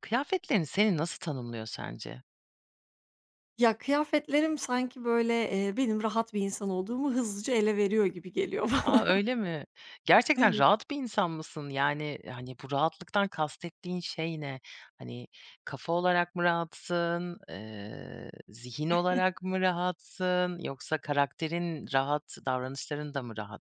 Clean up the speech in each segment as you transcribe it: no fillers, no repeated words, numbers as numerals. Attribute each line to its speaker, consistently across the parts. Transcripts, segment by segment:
Speaker 1: Kıyafetlerin seni nasıl tanımlıyor sence?
Speaker 2: Ya, kıyafetlerim sanki, böyle, benim rahat bir insan olduğumu hızlıca ele veriyor gibi geliyor bana.
Speaker 1: A, öyle mi? Gerçekten
Speaker 2: Evet.
Speaker 1: rahat bir insan mısın? Bu rahatlıktan kastettiğin şey ne? Hani, kafa olarak mı rahatsın? Zihin olarak mı rahatsın? Yoksa karakterin rahat, davranışların da mı rahat?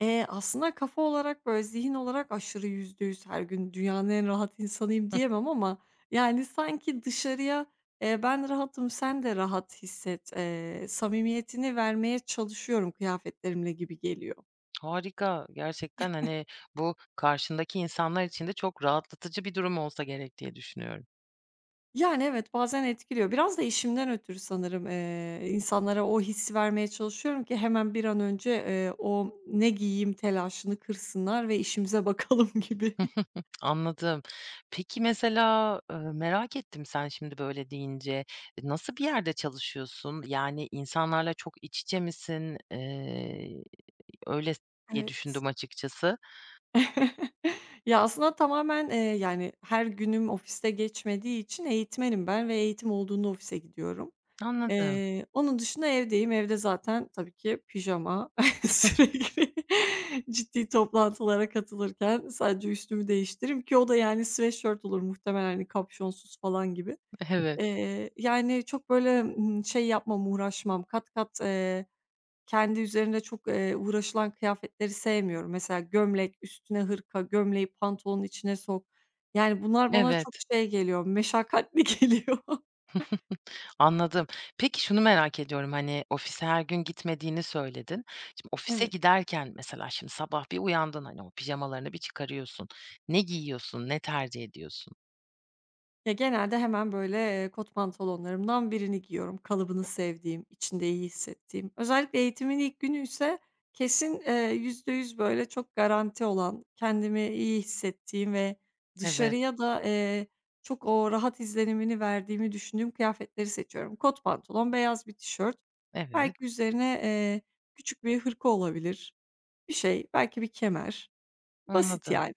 Speaker 2: Aslında kafa olarak, böyle, zihin olarak aşırı %100 her gün dünyanın en rahat insanıyım
Speaker 1: Hıh,
Speaker 2: diyemem ama, yani, sanki dışarıya, "Ben rahatım, sen de rahat hisset." Samimiyetini vermeye çalışıyorum kıyafetlerimle gibi geliyor.
Speaker 1: harika. Bu karşındaki insanlar için de çok rahatlatıcı bir durum olsa gerek diye düşünüyorum.
Speaker 2: Yani, evet, bazen etkiliyor. Biraz da işimden ötürü sanırım, insanlara o hissi vermeye çalışıyorum ki hemen bir an önce, o "ne giyeyim" telaşını kırsınlar ve işimize bakalım gibi.
Speaker 1: Anladım. Merak ettim sen şimdi böyle deyince. Nasıl bir yerde çalışıyorsun? Yani, insanlarla çok iç içe misin? Öyle diye
Speaker 2: Evet.
Speaker 1: düşündüm açıkçası.
Speaker 2: Ya, aslında tamamen, yani, her günüm ofiste geçmediği için eğitmenim ben ve eğitim olduğunda ofise gidiyorum.
Speaker 1: Anladım.
Speaker 2: Onun dışında evdeyim. Evde zaten tabii ki pijama sürekli ciddi toplantılara katılırken sadece üstümü değiştiririm ki o da yani sweatshirt olur muhtemelen, hani, kapşonsuz falan gibi.
Speaker 1: Evet,
Speaker 2: Yani, çok böyle, şey yapmam, uğraşmam. Kat kat, kendi üzerinde çok, uğraşılan kıyafetleri sevmiyorum. Mesela gömlek, üstüne hırka, gömleği pantolonun içine sok. Yani, bunlar bana çok
Speaker 1: evet,
Speaker 2: şey geliyor, meşakkatli geliyor.
Speaker 1: anladım. Peki, şunu merak ediyorum, hani, ofise her gün gitmediğini söyledin. Şimdi ofise
Speaker 2: Evet.
Speaker 1: giderken mesela şimdi sabah bir uyandın, hani, o pijamalarını bir çıkarıyorsun. Ne giyiyorsun? Ne tercih ediyorsun?
Speaker 2: Ya, genelde hemen, böyle, kot pantolonlarımdan birini giyiyorum. Kalıbını sevdiğim, içinde iyi hissettiğim. Özellikle eğitimin ilk günü ise kesin, %100 böyle çok garanti olan, kendimi iyi hissettiğim ve
Speaker 1: Evet,
Speaker 2: dışarıya da, çok o rahat izlenimini verdiğimi düşündüğüm kıyafetleri seçiyorum. Kot pantolon, beyaz bir tişört,
Speaker 1: evet,
Speaker 2: belki üzerine, küçük bir hırka olabilir, bir şey, belki bir kemer. Basit
Speaker 1: anladım.
Speaker 2: yani.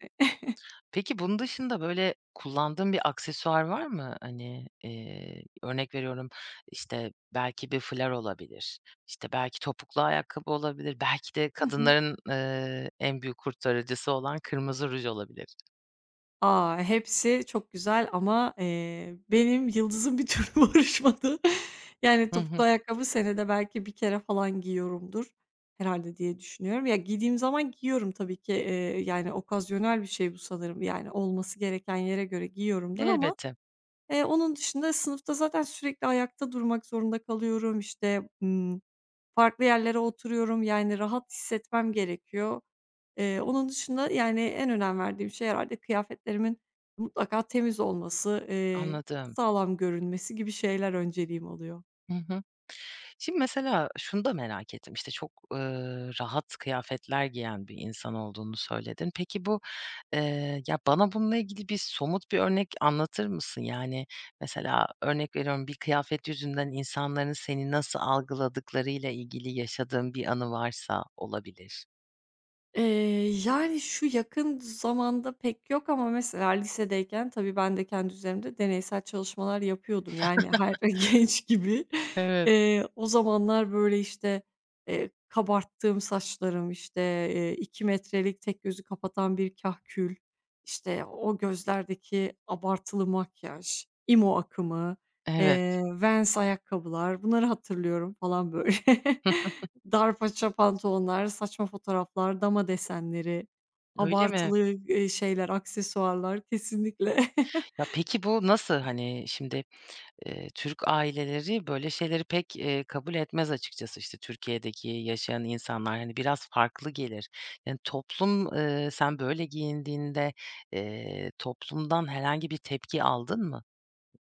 Speaker 1: Peki, bunun dışında, böyle, kullandığın bir aksesuar var mı? Örnek veriyorum, işte, belki bir fular olabilir, işte, belki topuklu ayakkabı olabilir, belki de kadınların, en büyük kurtarıcısı olan kırmızı ruj olabilir.
Speaker 2: A! Hepsi çok güzel ama, benim yıldızım bir türlü barışmadı. Yani,
Speaker 1: Hı
Speaker 2: topuklu
Speaker 1: hı.
Speaker 2: ayakkabı senede belki bir kere falan giyiyorumdur herhalde diye düşünüyorum. Ya, giydiğim zaman giyiyorum tabii ki, yani, okazyonel bir şey bu sanırım. Yani, olması gereken yere göre giyiyorumdur ama,
Speaker 1: Elbette,
Speaker 2: onun dışında sınıfta zaten sürekli ayakta durmak zorunda kalıyorum. İşte, farklı yerlere oturuyorum. Yani, rahat hissetmem gerekiyor. Onun dışında, yani, en önem verdiğim şey herhâlde kıyafetlerimin mutlaka temiz olması,
Speaker 1: anladım.
Speaker 2: sağlam görünmesi gibi şeyler önceliğim oluyor.
Speaker 1: Hı hı. Şimdi mesela şunu da merak ettim, rahat kıyafetler giyen bir insan olduğunu söyledin. Bana bununla ilgili bir somut bir örnek anlatır mısın? Yani, mesela örnek veriyorum, bir kıyafet yüzünden insanların seni nasıl algıladıklarıyla ilgili yaşadığın bir anı varsa olabilir.
Speaker 2: Eee, yani, şu yakın zamanda pek yok ama mesela lisedeyken tabii ben de kendi üzerimde deneysel çalışmalar yapıyordum. Yani, her genç gibi,
Speaker 1: Evet,
Speaker 2: o zamanlar, böyle, işte, kabarttığım saçlarım, işte, 2 metrelik tek gözü kapatan bir kahkül, işte, o gözlerdeki abartılı makyaj, imo akımı,
Speaker 1: evet.
Speaker 2: Vans ayakkabılar bunları hatırlıyorum falan, böyle.
Speaker 1: Hıh,
Speaker 2: Dar paça pantolonlar, saçma fotoğraflar, dama desenleri,
Speaker 1: öyle mi?
Speaker 2: abartılı, şeyler, aksesuarlar kesinlikle.
Speaker 1: Ya, peki bu nasıl? Türk aileleri böyle şeyleri pek kabul etmez açıkçası. İşte Türkiye'deki yaşayan insanlar, hani, biraz farklı gelir. Yani, sen böyle giyindiğinde, toplumdan herhangi bir tepki aldın mı?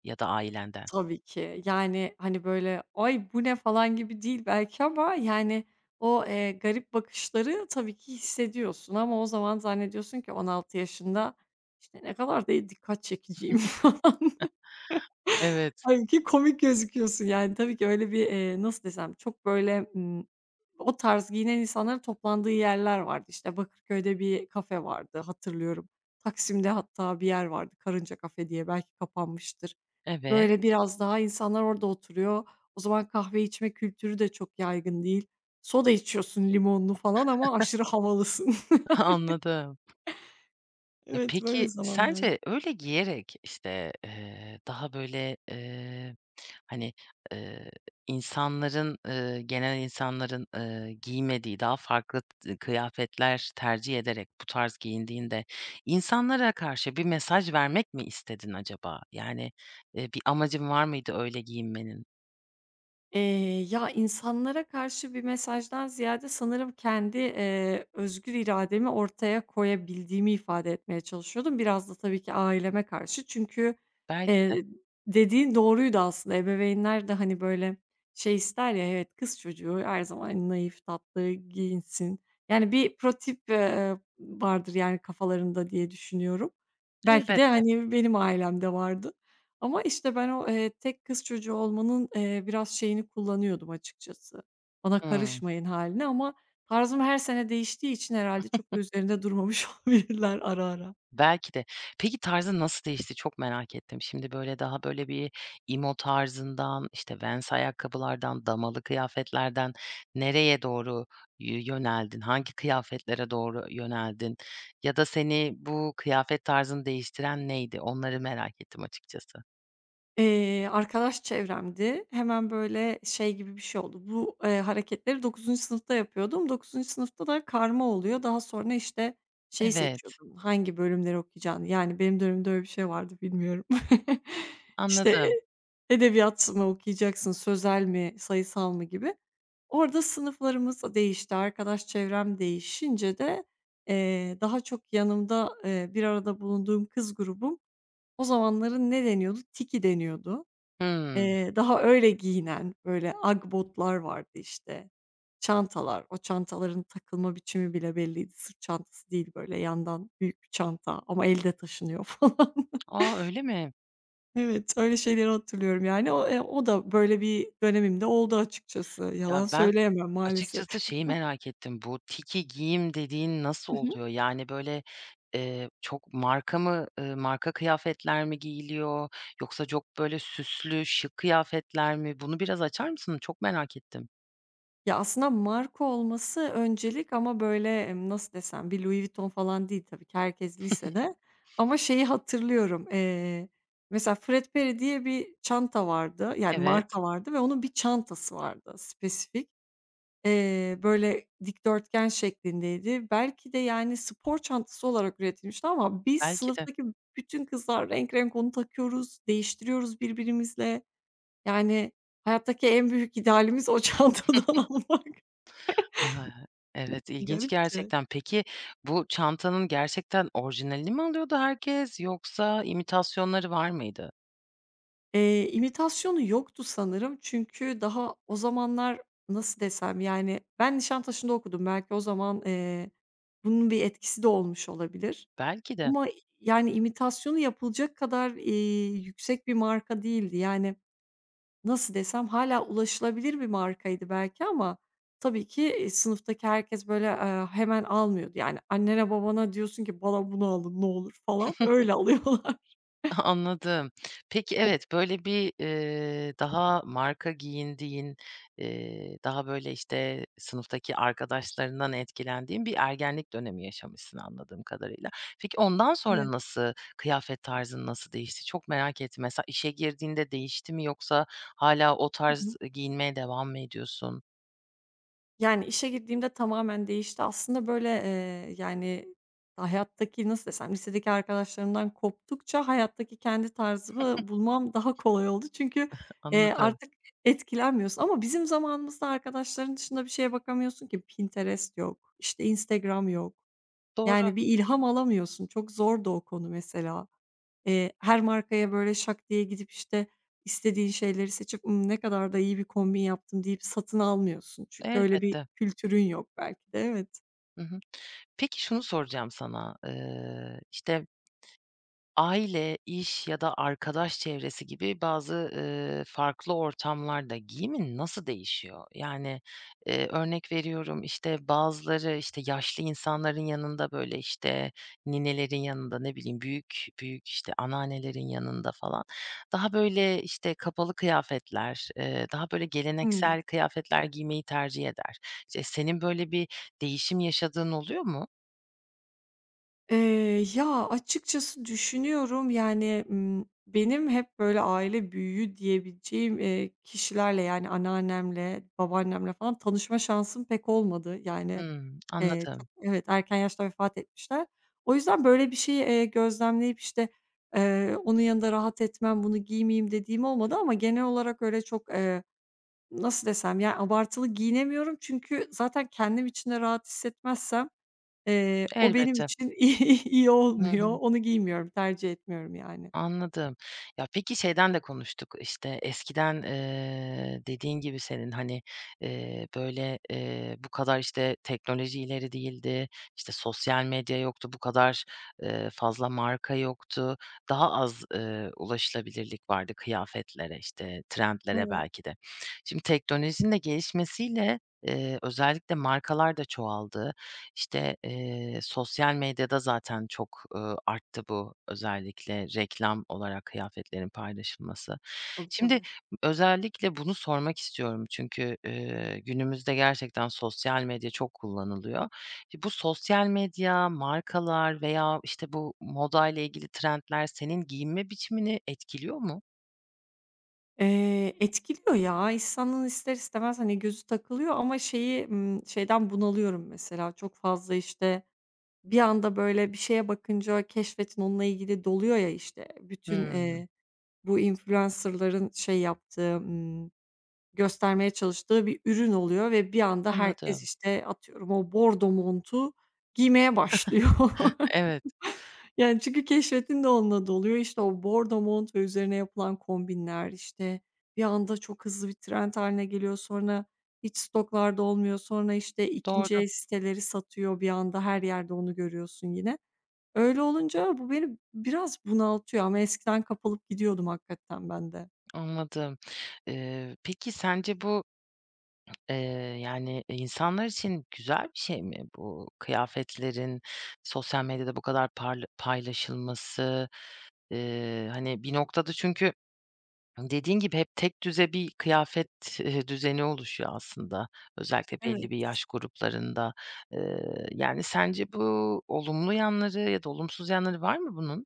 Speaker 1: Ya da ailenden.
Speaker 2: Tabii ki. Yani, hani, böyle, "Ay, bu ne?" falan gibi değil belki ama, yani, o, garip bakışları tabii ki hissediyorsun ama o zaman zannediyorsun ki 16 yaşında, işte, "Ne kadar da dikkat çekiciyim."
Speaker 1: Evet,
Speaker 2: Halbuki komik gözüküyorsun. Yani, tabii ki öyle bir, nasıl desem, çok böyle, o tarz giyinen insanların toplandığı yerler vardı. İşte, Bakırköy'de bir kafe vardı, hatırlıyorum. Taksim'de hatta bir yer vardı, Karınca Kafe diye, belki kapanmıştır.
Speaker 1: evet,
Speaker 2: Böyle biraz daha insanlar orada oturuyor. O zaman kahve içme kültürü de çok yaygın değil. Soda içiyorsun limonlu falan ama aşırı havalısın.
Speaker 1: anladım. Ya,
Speaker 2: Evet, böyle
Speaker 1: peki
Speaker 2: zamanlardı.
Speaker 1: sence öyle giyerek, işte, daha böyle, hani, eee, insanların, genel insanların, giymediği daha farklı kıyafetler tercih ederek bu tarz giyindiğinde insanlara karşı bir mesaj vermek mi istedin acaba? Yani, bir amacın var mıydı öyle giyinmenin?
Speaker 2: Eee, ya, insanlara karşı bir mesajdan ziyade sanırım kendi, özgür irademi ortaya koyabildiğimi ifade etmeye çalışıyordum. Biraz da tabii ki aileme karşı çünkü,
Speaker 1: Belki de.
Speaker 2: eee, dediğin doğruydu aslında. Ebeveynler de, hani, böyle, şey ister ya, evet, kız çocuğu her zaman hani naif, tatlı giyinsin. Yani, bir prototip, vardır, yani, kafalarında diye düşünüyorum. Belki de,
Speaker 1: Elbette.
Speaker 2: hani, benim ailemde vardı. Ama, işte, ben o, tek kız çocuğu olmanın, biraz şeyini kullanıyordum açıkçası. Bana
Speaker 1: Hıı.
Speaker 2: karışmayın hâlini ama tarzım her sene değiştiği için herhalde çok da üzerinde durmamış olabilirler ara ara.
Speaker 1: Belki de. Peki tarzın nasıl değişti? Çok merak ettim. Şimdi, böyle, daha, böyle, bir emo tarzından, işte, Vans ayakkabılardan, damalı kıyafetlerden nereye doğru yöneldin? Hangi kıyafetlere doğru yöneldin? Ya da seni bu kıyafet tarzını değiştiren neydi? Onları merak ettim açıkçası.
Speaker 2: Arkadaş çevremdi. Hemen, böyle, şey gibi bir şey oldu. Bu, hareketleri dokuzuncu sınıfta yapıyordum. Dokuzuncu sınıfta da karma oluyor. Daha sonra, işte, şeyi
Speaker 1: Evet,
Speaker 2: seçiyordum hangi bölümleri okuyacağını. Yani, benim dönemimde öyle bir şey vardı, bilmiyorum. İşte,
Speaker 1: anladım.
Speaker 2: edebiyat mı okuyacaksın, sözel mi, sayısal mı gibi. Orada sınıflarımız değişti. Arkadaş çevrem değişince de, daha çok yanımda, bir arada bulunduğum kız grubum o zamanların ne deniyordu? Tiki deniyordu.
Speaker 1: Hımm.
Speaker 2: Daha öyle giyinen, böyle agbotlar vardı işte. Çantalar, o çantaların takılma biçimi bile belliydi. Sırt çantası değil böyle yandan büyük bir çanta ama elde taşınıyor falan.
Speaker 1: A, öyle mi?
Speaker 2: Evet, öyle şeyleri hatırlıyorum yani. O, o da böyle bir dönemimde oldu açıkçası.
Speaker 1: Ya,
Speaker 2: Yalan
Speaker 1: ben
Speaker 2: söyleyemem maalesef.
Speaker 1: Açıkçası şeyi merak ettim, bu tiki giyim dediğin nasıl oluyor? Yani, çok marka mı, marka kıyafetler mi giyiliyor yoksa çok, böyle, süslü, şık kıyafetler mi? Bunu biraz açar mısın? Çok merak ettim.
Speaker 2: Ya, aslında marka olması öncelik ama, böyle, nasıl desem, bir Louis Vuitton falan değil tabii ki, herkes lisede. Ama şeyi hatırlıyorum, mesela Fred Perry diye bir çanta vardı, yani
Speaker 1: Evet,
Speaker 2: marka vardı ve onun bir çantası vardı spesifik. Böyle, dikdörtgen şeklindeydi. Belki de, yani, spor çantası olarak üretilmişti ama biz
Speaker 1: belki de.
Speaker 2: sınıftaki bütün kızlar renk renk onu takıyoruz, değiştiriyoruz birbirimizle. Yani, hayattaki en büyük idealimiz o çantadan almak.
Speaker 1: Ha. Evet, ilginç
Speaker 2: Garipti.
Speaker 1: gerçekten. Peki, bu çantanın gerçekten orijinalini mi alıyordu herkes yoksa imitasyonları var mıydı?
Speaker 2: İmitasyonu yoktu sanırım çünkü daha o zamanlar nasıl desem, yani, ben Nişantaşı'nda okudum. Belki o zaman, bunun bir etkisi de olmuş olabilir
Speaker 1: Belki de.
Speaker 2: ama, yani, imitasyonu yapılacak kadar, yüksek bir marka değildi. Yani, nasıl desem, hala ulaşılabilir bir markaydı belki ama tabii ki, sınıftaki herkes, böyle, hemen almıyordu. Yani, annene babana diyorsun ki, "Bana bunu alın ne olur." falan, öyle alıyorlar.
Speaker 1: Anladım. Peki, daha marka giyindiğin, sınıftaki arkadaşlarından etkilendiğin bir ergenlik dönemi yaşamışsın anladığım kadarıyla. Peki, ondan
Speaker 2: Evet.
Speaker 1: sonra nasıl, kıyafet tarzın nasıl değişti? Çok merak ettim. Mesela işe girdiğinde değişti mi yoksa hala o
Speaker 2: Hı
Speaker 1: tarz
Speaker 2: hı.
Speaker 1: giyinmeye devam mı ediyorsun?
Speaker 2: Yani, işe girdiğimde tamamen değişti. Aslında, böyle, yani, hayattaki nasıl desem, lisedeki arkadaşlarımdan koptukça hayattaki kendi tarzımı bulmam daha kolay oldu. Çünkü,
Speaker 1: Anladım.
Speaker 2: artık etkilenmiyorsun ama bizim zamanımızda arkadaşların dışında bir şeye bakamıyorsun ki. Pinterest yok, işte, Instagram yok.
Speaker 1: Doğru,
Speaker 2: Yani, bir ilham alamıyorsun. Çok zor da o konu mesela. Her markaya böyle şak diye gidip, işte, istediğin şeyleri seçip, "Ne kadar da iyi bir kombin yaptım." deyip satın almıyorsun. Çünkü öyle bir
Speaker 1: elbette.
Speaker 2: kültürün yok belki de. Evet.
Speaker 1: Hı hı. Peki, şunu soracağım sana. Aile, iş ya da arkadaş çevresi gibi bazı, farklı ortamlarda giyimin nasıl değişiyor? Yani, örnek veriyorum, işte, bazıları, işte, yaşlı insanların yanında, böyle, işte, ninelerin yanında, ne bileyim, büyük büyük, işte, anneannelerin yanında falan daha, böyle, işte, kapalı kıyafetler, daha, böyle,
Speaker 2: Hıı.
Speaker 1: geleneksel kıyafetler giymeyi tercih eder. İşte, senin böyle bir değişim yaşadığın oluyor mu?
Speaker 2: Ya, açıkçası düşünüyorum, yani, benim hep böyle aile büyüğü diyebileceğim, kişilerle, yani, anneannemle, babaannemle falan tanışma şansım pek olmadı. Yani,
Speaker 1: Hımm,
Speaker 2: çok
Speaker 1: anladım.
Speaker 2: evet, erken yaşta vefat etmişler. O yüzden böyle bir şeyi, gözlemleyip, işte, onun yanında rahat etmem, bunu giymeyeyim dediğim olmadı ama genel olarak öyle çok, nasıl desem, yani, abartılı giyinemiyorum çünkü zaten kendim için de rahat hissetmezsem o benim
Speaker 1: Elbette.
Speaker 2: için iyi iyi
Speaker 1: Hı
Speaker 2: olmuyor.
Speaker 1: hı.
Speaker 2: Onu giymiyorum, tercih etmiyorum yani.
Speaker 1: Anladım. Ya, peki şeyden de konuştuk, işte, dediğin gibi senin, hani, bu kadar, işte, teknoloji ileri değildi, işte, sosyal medya yoktu, bu kadar fazla marka yoktu. Daha az, ulaşılabilirlik vardı kıyafetlere, işte, trendlere
Speaker 2: Evet.
Speaker 1: belki de. Şimdi teknolojinin de gelişmesiyle, özellikle markalar da çoğaldı. İşte, sosyal medyada zaten çok, arttı bu özellikle reklam olarak kıyafetlerin paylaşılması.
Speaker 2: Tabii,
Speaker 1: Şimdi
Speaker 2: tabii.
Speaker 1: özellikle bunu sormak istiyorum çünkü, günümüzde gerçekten sosyal medya çok kullanılıyor. E, bu sosyal medya, markalar veya, işte, bu moda ile ilgili trendler senin giyinme biçimini etkiliyor mu?
Speaker 2: Etkiliyor ya. İnsanın ister istemez, hani, gözü takılıyor ama şeyi, şeyden bunalıyorum mesela çok fazla, işte, bir anda, böyle, bir şeye bakınca keşfetin onunla ilgili doluyor ya, işte, bütün,
Speaker 1: Hımm,
Speaker 2: bu influencer'ların şey yaptığı, göstermeye çalıştığı bir ürün oluyor ve bir anda herkes,
Speaker 1: anladım.
Speaker 2: işte, atıyorum o bordo montu giymeye başlıyor.
Speaker 1: Evet,
Speaker 2: Yani, çünkü keşfetin de onunla doluyor. İşte, o bordo mont ve üzerine yapılan kombinler, işte, bir anda çok hızlı bir trend haline geliyor. Sonra hiç stoklarda olmuyor. Sonra, işte, ikinci
Speaker 1: doğru,
Speaker 2: el siteleri satıyor. Bir anda her yerde onu görüyorsun yine. Öyle olunca bu beni biraz bunaltıyor ama eskiden kapılıp gidiyordum hakikaten ben de.
Speaker 1: anladım. Peki sence Eee, insanlar için güzel bir şey mi bu kıyafetlerin sosyal medyada bu kadar paylaşılması? Bir noktada çünkü dediğin gibi hep tek tekdüze bir kıyafet, düzeni oluşuyor aslında. Özellikle belli
Speaker 2: Evet.
Speaker 1: bir yaş gruplarında. Yani, sence bu olumlu yanları ya da olumsuz yanları var mı bunun?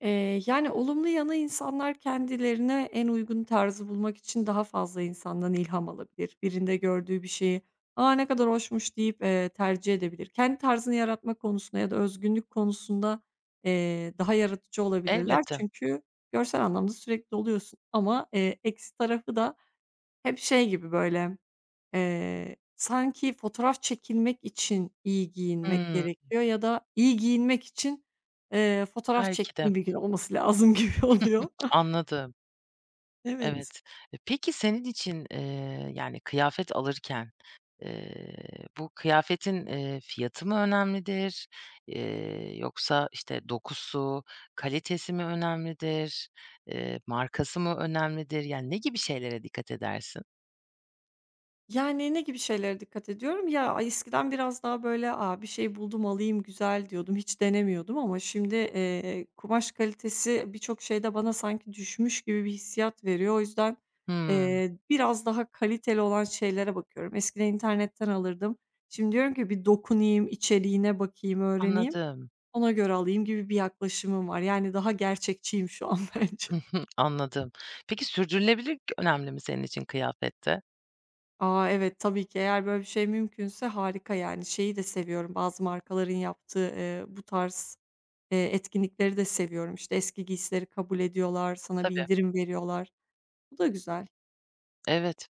Speaker 2: Yani, olumlu yanı insanlar kendilerine en uygun tarzı bulmak için daha fazla insandan ilham alabilir. Birinde gördüğü bir şeyi, "A, ne kadar hoşmuş." deyip, tercih edebilir. Kendi tarzını yaratma konusunda ya da özgünlük konusunda, daha yaratıcı olabilirler.
Speaker 1: Elbette.
Speaker 2: Çünkü görsel anlamda sürekli oluyorsun ama, eksi tarafı da hep şey gibi böyle sanki fotoğraf çekilmek için iyi giyinmek
Speaker 1: Hımm,
Speaker 2: gerekiyor ya da iyi giyinmek için, fotoğraf
Speaker 1: belki de.
Speaker 2: çektiğim bir gün olması lazım gibi oluyor.
Speaker 1: Anladım.
Speaker 2: Evet.
Speaker 1: Evet. Peki senin için, kıyafet alırken, bu kıyafetin, fiyatı mı önemlidir? Yoksa, işte, dokusu, kalitesi mi önemlidir? Markası mı önemlidir? Yani, ne gibi şeylere dikkat edersin?
Speaker 2: Yani, ne gibi şeylere dikkat ediyorum? Ya, ay, eskiden biraz daha böyle, aa bir şey buldum, alayım, güzel." diyordum. Hiç denemiyordum ama şimdi, kumaş kalitesi birçok şeyde bana sanki düşmüş gibi bir hissiyat veriyor. O yüzden,
Speaker 1: Hımm,
Speaker 2: biraz daha kaliteli olan şeylere bakıyorum. Eskiden internetten alırdım. Şimdi diyorum ki, "Bir dokunayım, içeriğine bakayım, öğreneyim,
Speaker 1: anladım.
Speaker 2: ona göre alayım." gibi bir yaklaşımım var. Yani daha gerçekçiyim şu an bence.
Speaker 1: Anladım. Peki sürdürülebilirlik önemli mi senin için kıyafette?
Speaker 2: Aa evet, tabii ki eğer böyle bir şey mümkünse harika, yani. Şeyi de seviyorum, bazı markaların yaptığı, bu tarz, etkinlikleri de seviyorum. İşte, eski giysileri kabul ediyorlar, sana bir
Speaker 1: Tabii,
Speaker 2: indirim veriyorlar. Bu da güzel.
Speaker 1: evet.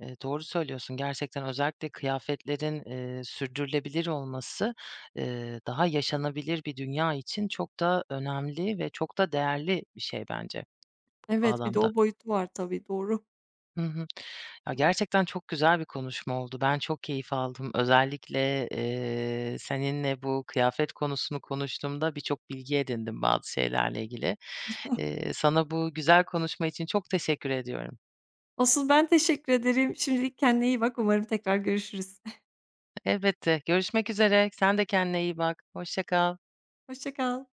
Speaker 1: Doğru söylüyorsun. Gerçekten özellikle kıyafetlerin, sürdürülebilir olması, daha yaşanabilir bir dünya için çok da önemli ve çok da değerli bir şey bence bu
Speaker 2: Evet, bir de
Speaker 1: bağlamda.
Speaker 2: o boyutu var tabii, doğru.
Speaker 1: Hı hı. Ya, gerçekten çok güzel bir konuşma oldu. Ben çok keyif aldım. Özellikle, seninle bu kıyafet konusunu konuştuğumda birçok bilgi edindim bazı şeylerle ilgili. Sana bu güzel konuşma için çok teşekkür ediyorum.
Speaker 2: Asıl ben teşekkür ederim. Şimdilik kendine iyi bak. Umarım tekrar görüşürüz.
Speaker 1: Elbette, görüşmek üzere. Sen de kendine iyi bak. Hoşça kal.
Speaker 2: Hoşça kal.